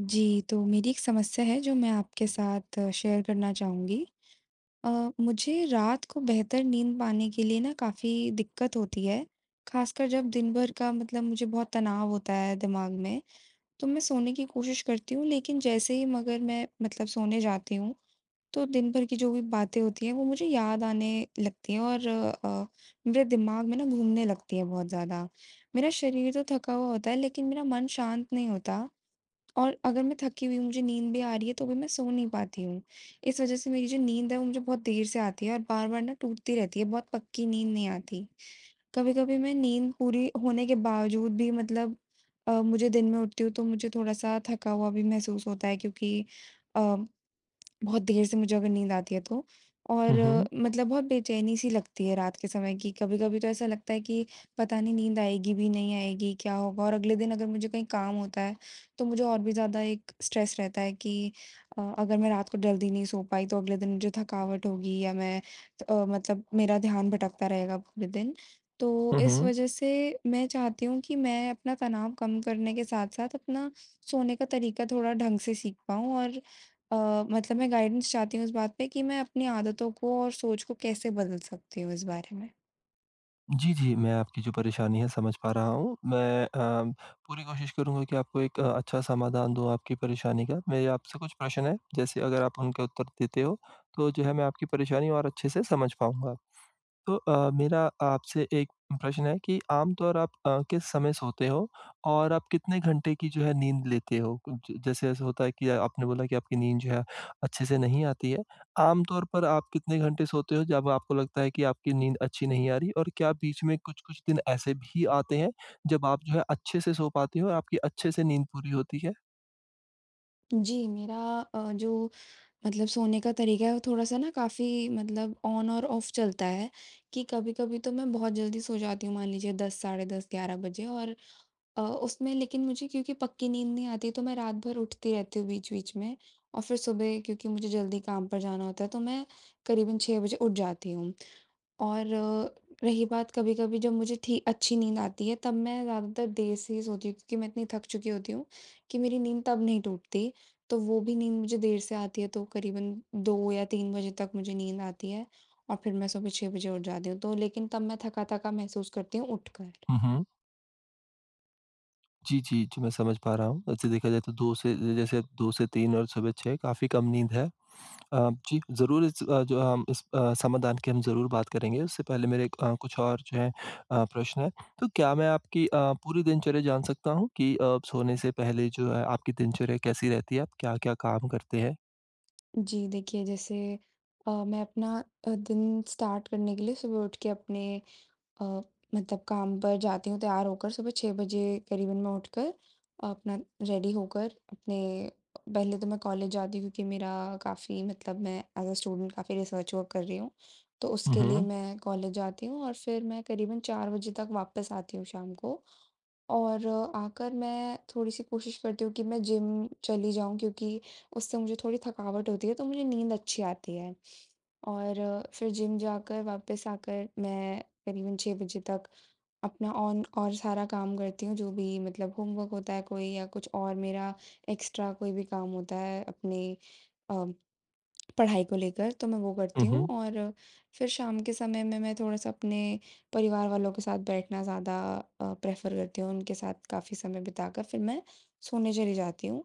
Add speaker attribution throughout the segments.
Speaker 1: जी, तो मेरी एक समस्या है जो मैं आपके साथ शेयर करना चाहूँगी। मुझे रात को बेहतर नींद पाने के लिए ना काफ़ी दिक्कत होती है, ख़ासकर जब दिन भर का मतलब मुझे बहुत तनाव होता है दिमाग में। तो मैं सोने की कोशिश करती हूँ, लेकिन जैसे ही मगर मैं मतलब सोने जाती हूँ, तो दिन भर की जो भी बातें होती हैं वो मुझे याद आने लगती हैं, और मेरे दिमाग में ना घूमने लगती है बहुत ज़्यादा। मेरा शरीर तो थका हुआ होता है, लेकिन मेरा मन शांत नहीं होता, और अगर मैं थकी हुई हूँ, मुझे नींद भी आ रही है, तो भी मैं सो नहीं पाती हूँ। इस वज़ह से मेरी जो नींद है वो मुझे बहुत देर से आती है, और बार-बार ना टूटती रहती है, बहुत पक्की नींद नहीं आती। कभी-कभी मैं नींद पूरी होने के बावजूद भी मतलब मुझे दिन में उठती हूँ तो मुझे थोड़ा-सा थका हुआ भी महसूस होता है, क्योंकि अ बहुत देर से मुझे अगर नींद आती है तो।
Speaker 2: हुँ,
Speaker 1: और
Speaker 2: हुँ।
Speaker 1: मतलब बहुत बेचैनी-सी लगती है रात के समय, कि कभी-कभी तो ऐसा लगता है कि पता नहीं नींद आएगी भी, नहीं आएगी, क्या होगा? और अगले दिन अगर मुझे कहीं काम होता है, तो मुझे और भी ज़्यादा एक स्ट्रेस रहता है कि अगर मैं रात को जल्दी नहीं सो पाई तो अगले दिन मुझे थकावट होगी, या मैं मतलब मेरा ध्यान भटकता रहेगा पूरे दिन। तो
Speaker 2: हुँ,
Speaker 1: इस
Speaker 2: हुँ।
Speaker 1: वजह से मैं चाहती हूँ कि मैं अपना तनाव कम करने के साथ-साथ अपना सोने का तरीका थोड़ा ढंग से सीख पाऊँ, और अ, मतलब मैं गाइडेंस चाहती हूँ इस बात पे, कि मैं अपनी आदतों को और सोच को कैसे बदल सकती हूँ इस बारे में?
Speaker 2: जी, जी, मैं आपकी जो परेशानी है समझ पा रहा हूँ। मैं पूरी कोशिश करूँगा कि आपको एक अच्छा समाधान दूँ आपकी परेशानी का। मेरे आपसे कुछ प्रश्न हैं, जैसे अगर आप उनका उत्तर देते हो, तो जो है मैं आपकी परेशानी और अच्छे से समझ पाऊँगा। तो मेरा आपसे एक प्रश्न है कि आम तौर आप किस समय सोते हो? और आप कितने घंटे की जो है नींद लेते हो? ज जैसे ऐसा होता है कि आपने बोला कि आपकी नींद जो है अच्छे से नहीं आती है। आम तौर पर आप कितने घंटे सोते हो जब आपको लगता है कि आपकी नींद अच्छी नहीं आ रही? और क्या बीच में कुछ-कुछ दिन ऐसे भी आते हैं जब आप जो है अच्छे से सो पाते हो और आपकी अच्छे से नींद पूरी होती है?
Speaker 1: जी, मेरा जो मतलब सोने का तरीका है वो थोड़ा-सा ना काफ़ी मतलब ऑन और ऑफ चलता है, कि कभी-कभी तो मैं बहुत जल्दी सो जाती हूँ, मान लीजिए 10 साढ़े 10 11 बजे। और उसमें लेकिन मुझे क्योंकि पक्की नींद नहीं आती, तो मैं रात भर उठती रहती हूँ बीच-बीच में, और फिर सुबह क्योंकि मुझे जल्दी काम पर जाना होता है तो मैं करीबन 6 बजे उठ जाती हूँ। और रही बात कभी-कभी जब मुझे ठी अच्छी नींद आती है, तब मैं ज़्यादातर देर से ही सोती हूँ, क्योंकि मैं इतनी थक चुकी होती हूँ कि मेरी नींद तब नहीं टूटती। तो वो भी नींद मुझे देर से आती है, तो करीबन 2 या 3 बजे तक मुझे नींद आती है, और फिर मैं सुबह 6 बजे उठ जाती हूँ। तो लेकिन तब मैं थका-थका महसूस करती हूँ उठकर।
Speaker 2: हुँ, हुँ। जी, जी, जी, मैं समझ पा रहा हूँ। वैसे देखा जाए तो 2 से जैसे 2 से 3 और सुबह 6 काफ़ी कम नींद है। जी, ज़रूर इस जो हम इस समाधान की हम ज़रूर बात करेंगे। उससे पहले मेरे कुछ और जो है प्रश्न हैं। तो क्या मैं आपकी पूरी दिनचर्या जान सकता हूँ कि सोने से पहले जो है आपकी दिनचर्या कैसी रहती है? आप क्या-क्या काम करते हैं?
Speaker 1: जी, देखिए जैसे मैं अपना दिन स्टार्ट करने के लिए सुबह उठ के अपने अ, मतलब काम पर जाती हूँ, तैयार होकर सुबह 6 बजे करीबन मैं उठकर अपना रेडी होकर अपने पहले तो मैं कॉलेज जाती हूँ, क्योंकि मेरा काफ़ी मतलब मैं एज अ स्टूडेंट काफ़ी रिसर्च वर्क कर रही हूँ। तो
Speaker 2: हुँ,
Speaker 1: उसके लिए
Speaker 2: हुँ।
Speaker 1: मैं कॉलेज जाती हूँ, और फिर मैं करीबन 4 बजे तक वापस आती हूँ शाम को। और आकर मैं थोड़ी-सी कोशिश करती हूँ कि मैं जिम चली जाऊँ, क्योंकि उससे मुझे थोड़ी थकावट होती है तो मुझे नींद अच्छी आती है। और फिर जिम जाकर वापस आकर मैं करीबन 6 बजे तक अपना ऑन और सारा काम करती हूँ, जो भी मतलब होमवर्क होता है कोई, या कुछ और मेरा एक्स्ट्रा कोई भी काम होता है अपने अ, पढ़ाई को लेकर, तो मैं वो
Speaker 2: हुँ,
Speaker 1: करती हूँ।
Speaker 2: हुँ।
Speaker 1: और फिर शाम के समय में मैं थोड़ा-सा अपने परिवार वालों के साथ बैठना ज़्यादा प्रेफ़र करती हूँ, उनके साथ काफ़ी समय बिताकर फिर मैं सोने चली जाती हूँ,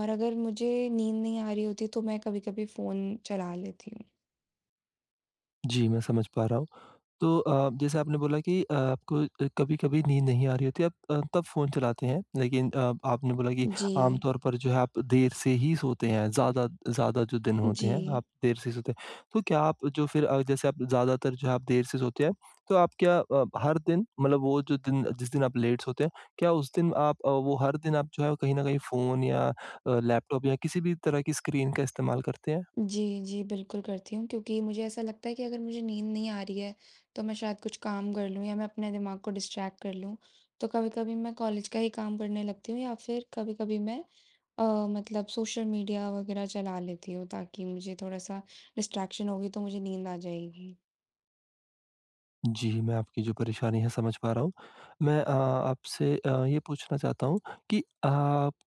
Speaker 1: और अगर मुझे नींद नहीं आ रही होती तो मैं कभी-कभी फ़ोन चला लेती हूँ।
Speaker 2: जी, मैं समझ पा रहा हूँ। तो जैसे आपने बोला कि आपको कभी-कभी नींद नहीं आ रही होती, आप तब फ़ोन चलाते हैं। लेकिन आपने बोला कि
Speaker 1: जी।
Speaker 2: आमतौर पर जो है आप देर से ही सोते हैं, ज़्यादा ज़्यादा जो दिन होते
Speaker 1: जी।
Speaker 2: हैं, आप देर से सोते हैं। तो क्या आप जो फिर जैसे आप ज़्यादातर जो है आप देर से सोते हैं, तो आप क्या हर दिन मतलब वो जो दिन जिस दिन आप लेट सोते हैं, क्या उस दिन आप वो हर दिन आप जो है कहीं न कहीं फ़ोन या लैपटॉप या किसी भी तरह की स्क्रीन का इस्तेमाल करते हैं?
Speaker 1: जी, जी, बिल्कुल करती हूँ, क्योंकि मुझे ऐसा लगता है कि अगर मुझे नींद नहीं आ रही है, तो मैं शायद कुछ काम कर लूँ या मैं अपने दिमाग को डिस्ट्रैक्ट कर लूँ। तो कभी-कभी मैं कॉलेज का ही काम करने लगती हूँ, या फिर कभी-कभी मैं अ, मतलब सोशल मीडिया वगैरह चला लेती हूँ, ताकि मुझे थोड़ा-सा डिस्ट्रैक्शन होगी तो मुझे नींद आ जाएगी।
Speaker 2: जी, मैं आपकी जो परेशानी है समझ पा रहा हूँ। मैं आपसे ये पूछना चाहता हूँ कि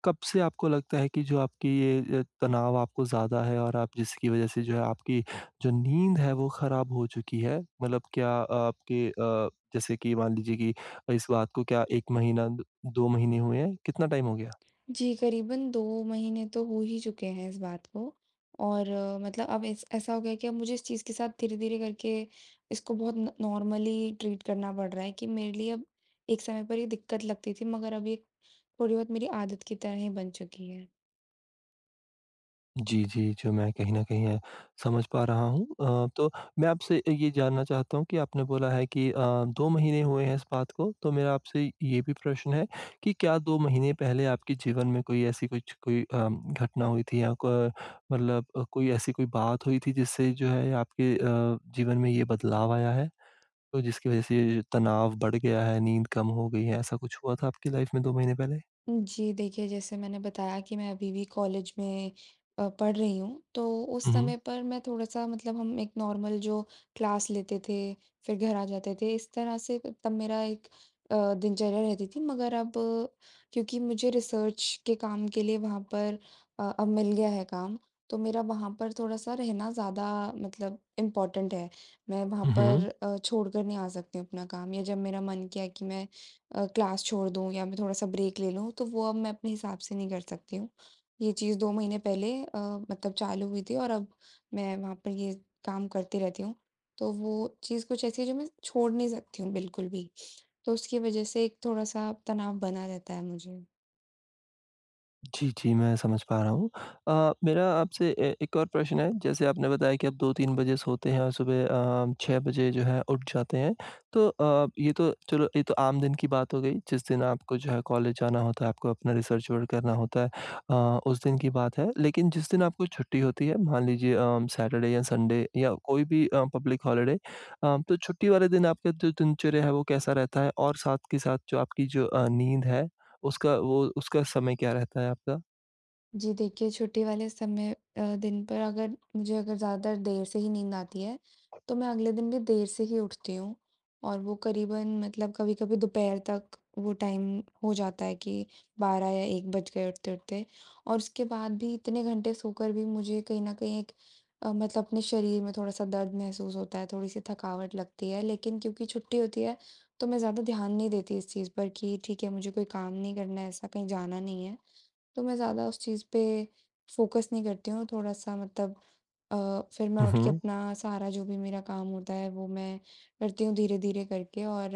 Speaker 2: कब से आपको लगता है कि जो आपकी ये तनाव आपको ज़्यादा है और आप जिसकी वज़ह से जो है आपकी जो नींद है वो ख़राब हो चुकी है? मतलब क्या आपके जैसे कि मान लीजिए कि इस बात को क्या 1 महीना, 2 महीने हुए हैं? कितना टाइम हो गया?
Speaker 1: जी, करीबन 2 महीने तो हो ही चुके हैं इस बात को, और मतलब अब इस ऐसा हो गया है कि अब मुझे इस चीज़ के साथ धीरे-धीरे करके इसको बहुत न नॉर्मली ट्रीट करना पड़ रहा है, कि मेरे लिए अब एक समय पर ये दिक्कत लगती थी, मगर अब ये थोड़ी बहुत मेरी आदत की तरह ही बन चुकी है।
Speaker 2: जी, जी, जो मैं कहीं न कहीं समझ पा रहा हूँ। तो मैं आपसे ये जानना चाहता हूँ कि आपने बोला है कि 2 महीने हुए हैं इस बात को, तो मेरा आपसे ये भी प्रश्न है कि क्या 2 महीने पहले आपके जीवन में कोई ऐसी कुछ कोई घटना हुई थी या क मतलब कोई ऐसी कोई बात हुई थी जिससे जो है आपके जीवन में ये बदलाव आया है? तो जिसकी वज़ह से ये जो तनाव बढ़ गया है, नींद कम हो गई है, ऐसा कुछ हुआ था आपकी लाइफ़ में 2 महीने पहले?
Speaker 1: जी, देखिए जैसे मैंने बताया कि मैं अभी भी कॉलेज में पढ़ रही हूँ, तो उस
Speaker 2: हुँ, हुँ।
Speaker 1: समय पर मैं थोड़ा-सा मतलब हम एक नॉर्मल जो क्लास लेते थे, फिर घर आ जाते थे, इस तरह से तब मेरा एक दिनचर्या रहती थी। मगर अब क्योंकि मुझे रिसर्च के काम के लिए वहाँ पर अब मिल गया है काम, तो मेरा वहाँ पर थोड़ा-सा रहना ज़्यादा मतलब इम्पोर्टेंट है। मैं वहाँ
Speaker 2: हुँ, हुँ।
Speaker 1: पर छोड़ कर नहीं आ सकती हूँ अपना काम, या जब मेरा मन किया कि मैं क्लास छोड़ दूँ या मैं थोड़ा-सा ब्रेक ले लूँ, तो वो अब मैं अपने हिसाब से नहीं कर सकती हूँ। ये चीज़ 2 महीने पहले मतलब चालू हुई थी, और अब मैं वहाँ पर ये काम करती रहती हूँ। तो वो चीज़ कुछ ऐसी है जो मैं छोड़ नहीं सकती हूँ बिल्कुल भी। तो उसकी वजह से एक थोड़ा-सा तनाव बना रहता है मुझे।
Speaker 2: जी, जी, मैं समझ पा रहा हूँ। मेरा आपसे ए एक और प्रश्न है, जैसे आपने बताया कि आप 2-3 बजे सोते हैं और सुबह 6 बजे जो है उठ जाते हैं। तो ये तो चलो ये तो आम दिन की बात हो गई, जिस दिन आपको जो है कॉलेज जाना होता है, आपको अपना रिसर्च वर्क करना होता है उस दिन की बात है। लेकिन जिस दिन आपको छुट्टी होती है, मान लीजिए सैटरडे या संडे या कोई भी पब्लिक हॉलिडे तो छुट्टी वाले दिन आपका जो दिनचर्या है वो कैसा रहता है? और साथ के साथ जो आपकी जो नींद है उसका वो उसका समय क्या रहता है आपका?
Speaker 1: जी देखिए, छुट्टी वाले समय दिन पर अगर मुझे अगर ज़्यादा देर से ही नींद आती है, तो मैं अगले दिन भी देर से ही उठती हूँ, और वो करीबन मतलब कभी-कभी दोपहर तक वो टाइम हो जाता है कि 12 या 1 बज गए उठते-उठते। और उसके बाद भी इतने घंटे सोकर भी मुझे कहीं न कहीं एक मतलब अपने शरीर में थोड़ा-सा दर्द महसूस होता है, थोड़ी-सी थकावट लगती है। लेकिन क्योंकि छुट्टी होती है, तो मैं ज़्यादा ध्यान नहीं देती इस चीज़ पर कि ठीक है, मुझे कोई काम नहीं करना है, ऐसा कहीं जाना नहीं है। तो मैं ज़्यादा उस चीज़ पे फ़ोकस नहीं करती हूँ, थोड़ा-सा मतलब अ, फिर मैं
Speaker 2: हुँ,
Speaker 1: उठ के
Speaker 2: हुँ।
Speaker 1: अपना सारा जो भी मेरा काम होता है वो मैं करती हूँ धीरे-धीरे करके, और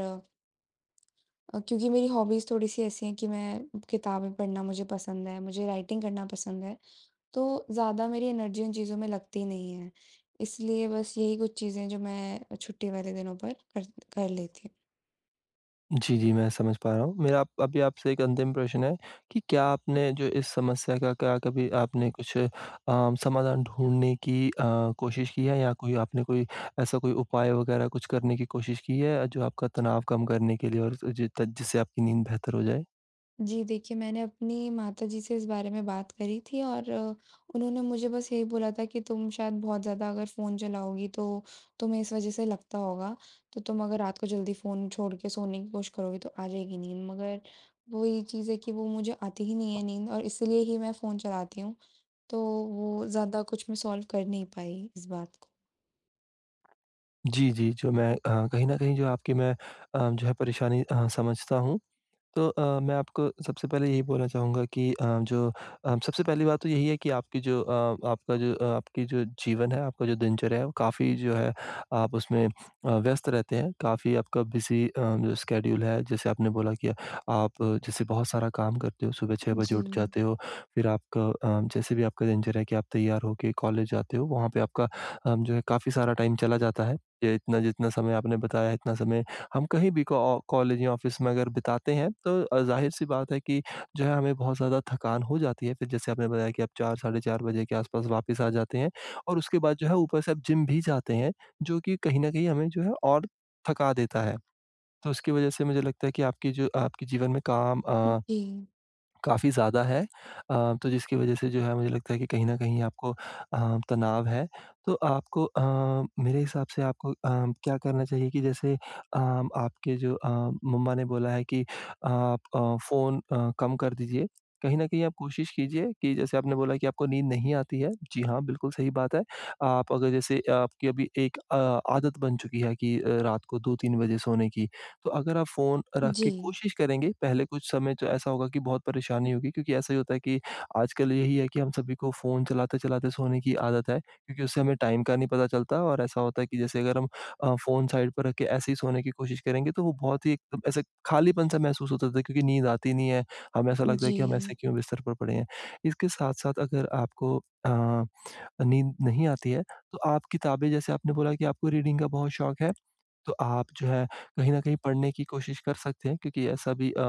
Speaker 1: क्योंकि मेरी हॉबीज़ थोड़ी-सी ऐसी हैं कि मैं किताबें पढ़ना मुझे पसंद है, मुझे राइटिंग करना पसंद है, तो ज़्यादा मेरी एनर्जी उन चीज़ों में लगती नहीं है। इसलिए बस यही कुछ चीज़ें हैं जो मैं छुट्टी वाले दिनों पर कर कर लेती हूँ।
Speaker 2: जी, जी, मैं समझ पा रहा हूँ। मेरा आप अभी आपसे एक अंतिम प्रश्न है कि क्या आपने जो इस समस्या का क्या कभी आपने कुछ समाधान ढूँढने की कोशिश की है या कोई आपने कोई ऐसा कोई उपाय वगैरह कुछ करने की कोशिश की है जो आपका तनाव कम करने के लिए और जि त जिससे आपकी नींद बेहतर हो जाए?
Speaker 1: जी, देखिए मैंने अपनी माताजी से इस बारे में बात करी थी, और उन्होंने मुझे बस यही बोला था कि तुम शायद बहुत ज़्यादा अगर फ़ोन चलाओगी तो तुम्हें इस वज़ह से लगता होगा, तो तुम अगर रात को जल्दी फ़ोन छोड़ के सोने की कोशिश करोगी तो आ जाएगी नींद। मगर वही चीज़ है कि वो मुझे आती ही नहीं है नींद, और इसीलिए ही मैं फ़ोन चलाती हूँ, तो वो ज़्यादा कुछ मैं सॉल्व कर नहीं पाई इस बात को।
Speaker 2: जी, जी, जो मैं कहीं न कहीं जो आपकी मैं जो है परेशानी समझता हूँ। तो मैं आपको सबसे पहले यही बोलना चाहूँगा कि जो सबसे पहली बात तो यही है कि आपकी जो जीवन है, आपका जो दिनचर्या है, वो काफ़ी जो है आप उसमें व्यस्त रहते हैं। काफ़ी आपका बिज़ी जो स्केड्यूल है, जैसे आपने बोला कि आप जैसे बहुत सारा काम करते हो, सुबह 6 बजे
Speaker 1: जी।
Speaker 2: उठ जाते हो, फिर आपका जैसे भी आपका दिनचर्या है कि आप तैयार होके कॉलेज जाते हो, वहाँ पे आपका जो है काफ़ी सारा टाइम चला जाता है। ये इतना जितना समय आपने बताया, इतना समय हम कहीं भी कॉ कॉलेज या ऑफ़िस में अगर बिताते हैं तो ज़ाहिर-सी बात है कि जो है हमें बहुत ज़्यादा थकान हो जाती है। फिर जैसे आपने बताया कि आप 4 साढ़े 4 बजे के आस-पास वापस आ जाते हैं और उसके बाद जो है ऊपर से आप जिम भी जाते हैं, जो कि कहीं न कहीं हमें जो है और थका देता है। तो उसकी वज़ह से मुझे लगता है कि आपकी जो आपके जीवन में काम
Speaker 1: जी,
Speaker 2: काफ़ी ज़्यादा है तो जिसकी वजह से जो है मुझे लगता है कि कहीं न कहीं आपको तनाव है। तो आपको मेरे हिसाब से आपको क्या करना चाहिए कि जैसे आपके जो मम्मा ने बोला है कि आप फ़ोन कम कर दीजिए। कहीं न कहीं आप कोशिश कीजिए कि जैसे आपने बोला कि आपको नींद नहीं आती है, जी हाँ, बिल्कुल सही बात है। आप अगर जैसे आपकी अभी एक आदत बन चुकी है कि रात को 2-3 बजे सोने की। तो अगर आप फ़ोन रख के
Speaker 1: जी,
Speaker 2: कोशिश करेंगे, पहले कुछ समय जो ऐसा होगा कि बहुत परेशानी होगी क्योंकि ऐसा ही होता है कि आजकल यही है कि हम सभी को फ़ोन चलाते-चलाते सोने की आदत है क्योंकि उससे हमें टाइम का नहीं पता चलता और ऐसा होता है कि जैसे अगर हम फ़ोन साइड पर रख के ऐसे ही सोने की कोशिश करेंगे, तो वो बहुत ही एकदम ऐसे खालीपन-सा महसूस होता था क्योंकि नींद आती नहीं है, हमें ऐसा लगता है
Speaker 1: जी,
Speaker 2: कि हम ऐसे क्यों बिस्तर पर पड़े हैं। इसके साथ-साथ अगर आपको अ, नींद नहीं आती है, तो आप किताबें जैसे आपने बोला कि आपको रीडिंग का बहुत शौक है। तो आप जो है कहीं न कहीं पढ़ने की कोशिश कर सकते हैं क्योंकि ऐसा भी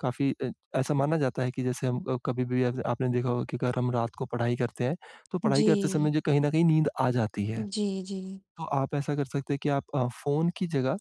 Speaker 2: काफ़ी ऐसा माना जाता है कि जैसे हम कभी भी आप आपने देखा होगा कि अगर हम रात को पढ़ाई करते हैं, तो पढ़ाई करते समय
Speaker 1: जी,
Speaker 2: जो कहीं न कहीं नींद आ जाती है।
Speaker 1: जी, जी, जी।
Speaker 2: तो आप ऐसा कर सकते हैं कि आप फ़ोन की जगह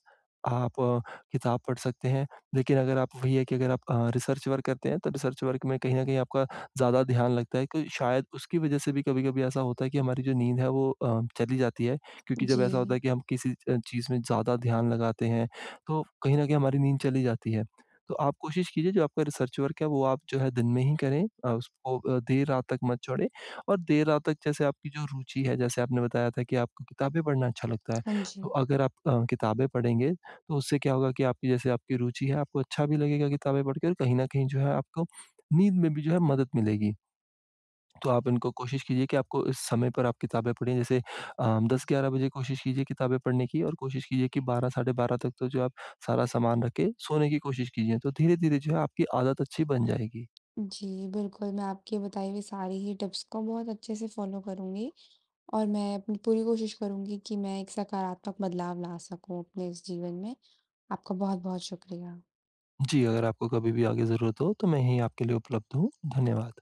Speaker 2: आप किताब पढ़ सकते हैं। लेकिन अगर आप वही है कि अगर आप रिसर्च वर्क करते हैं, तो रिसर्च वर्क में कहीं न कहीं आपका ज़्यादा ध्यान लगता है, तो शायद उसकी वज़ह से भी कभी-कभी ऐसा होता है कि हमारी जो नींद है वो चली जाती है। क्योंकि जब ऐसा होता
Speaker 1: जी
Speaker 2: है कि हम किसी चीज़ में ज़्यादा ध्यान लगाते हैं, तो कहीं न कहीं हमारी नींद चली जाती है। तो आप कोशिश कीजिए जो आपका रिसर्च वर्क है वो आप जो है दिन में ही करें उसको देर रात तक मत छोड़ें। और देर रात तक जैसे आपकी जो रुचि है, जैसे आपने बताया था कि आपको किताबें पढ़ना अच्छा लगता है।
Speaker 1: हाँ
Speaker 2: तो
Speaker 1: जी।
Speaker 2: अगर आप किताबें पढ़ेंगे, तो उससे क्या होगा कि आपकी जैसे आपकी रुचि है, आपको अच्छा भी लगेगा किताबें पढ़ के और कहीं न कहीं जो है आपको नींद में भी जो है मदद मिलेगी। तो आप इनको कोशिश कीजिए कि आपको इस समय पर आप किताबें पढ़ें जैसे 10-11 बजे कोशिश कीजिए किताबें पढ़ने की और कोशिश कीजिए कि 12 साढ़े 12 तक तो जो आप सारा सामान रख के सोने की कोशिश कीजिए। तो धीरे-धीरे जो है आपकी आदत अच्छी बन जाएगी।
Speaker 1: जी, बिल्कुल, मैं आपकी बताई हुई सारी ही टिप्स को बहुत अच्छे से फ़ॉलो करूँगी, और मैं अपनी पूरी कोशिश करूँगी कि मैं एक सकारात्मक बदलाव ला सकूँ अपने इस जीवन में। आपका बहुत-बहुत शुक्रिया।
Speaker 2: जी, अगर आपको कभी भी आगे ज़रूरत हो, तो मैं यहीं आपके लिए उपलब्ध हूँ। धन्यवाद।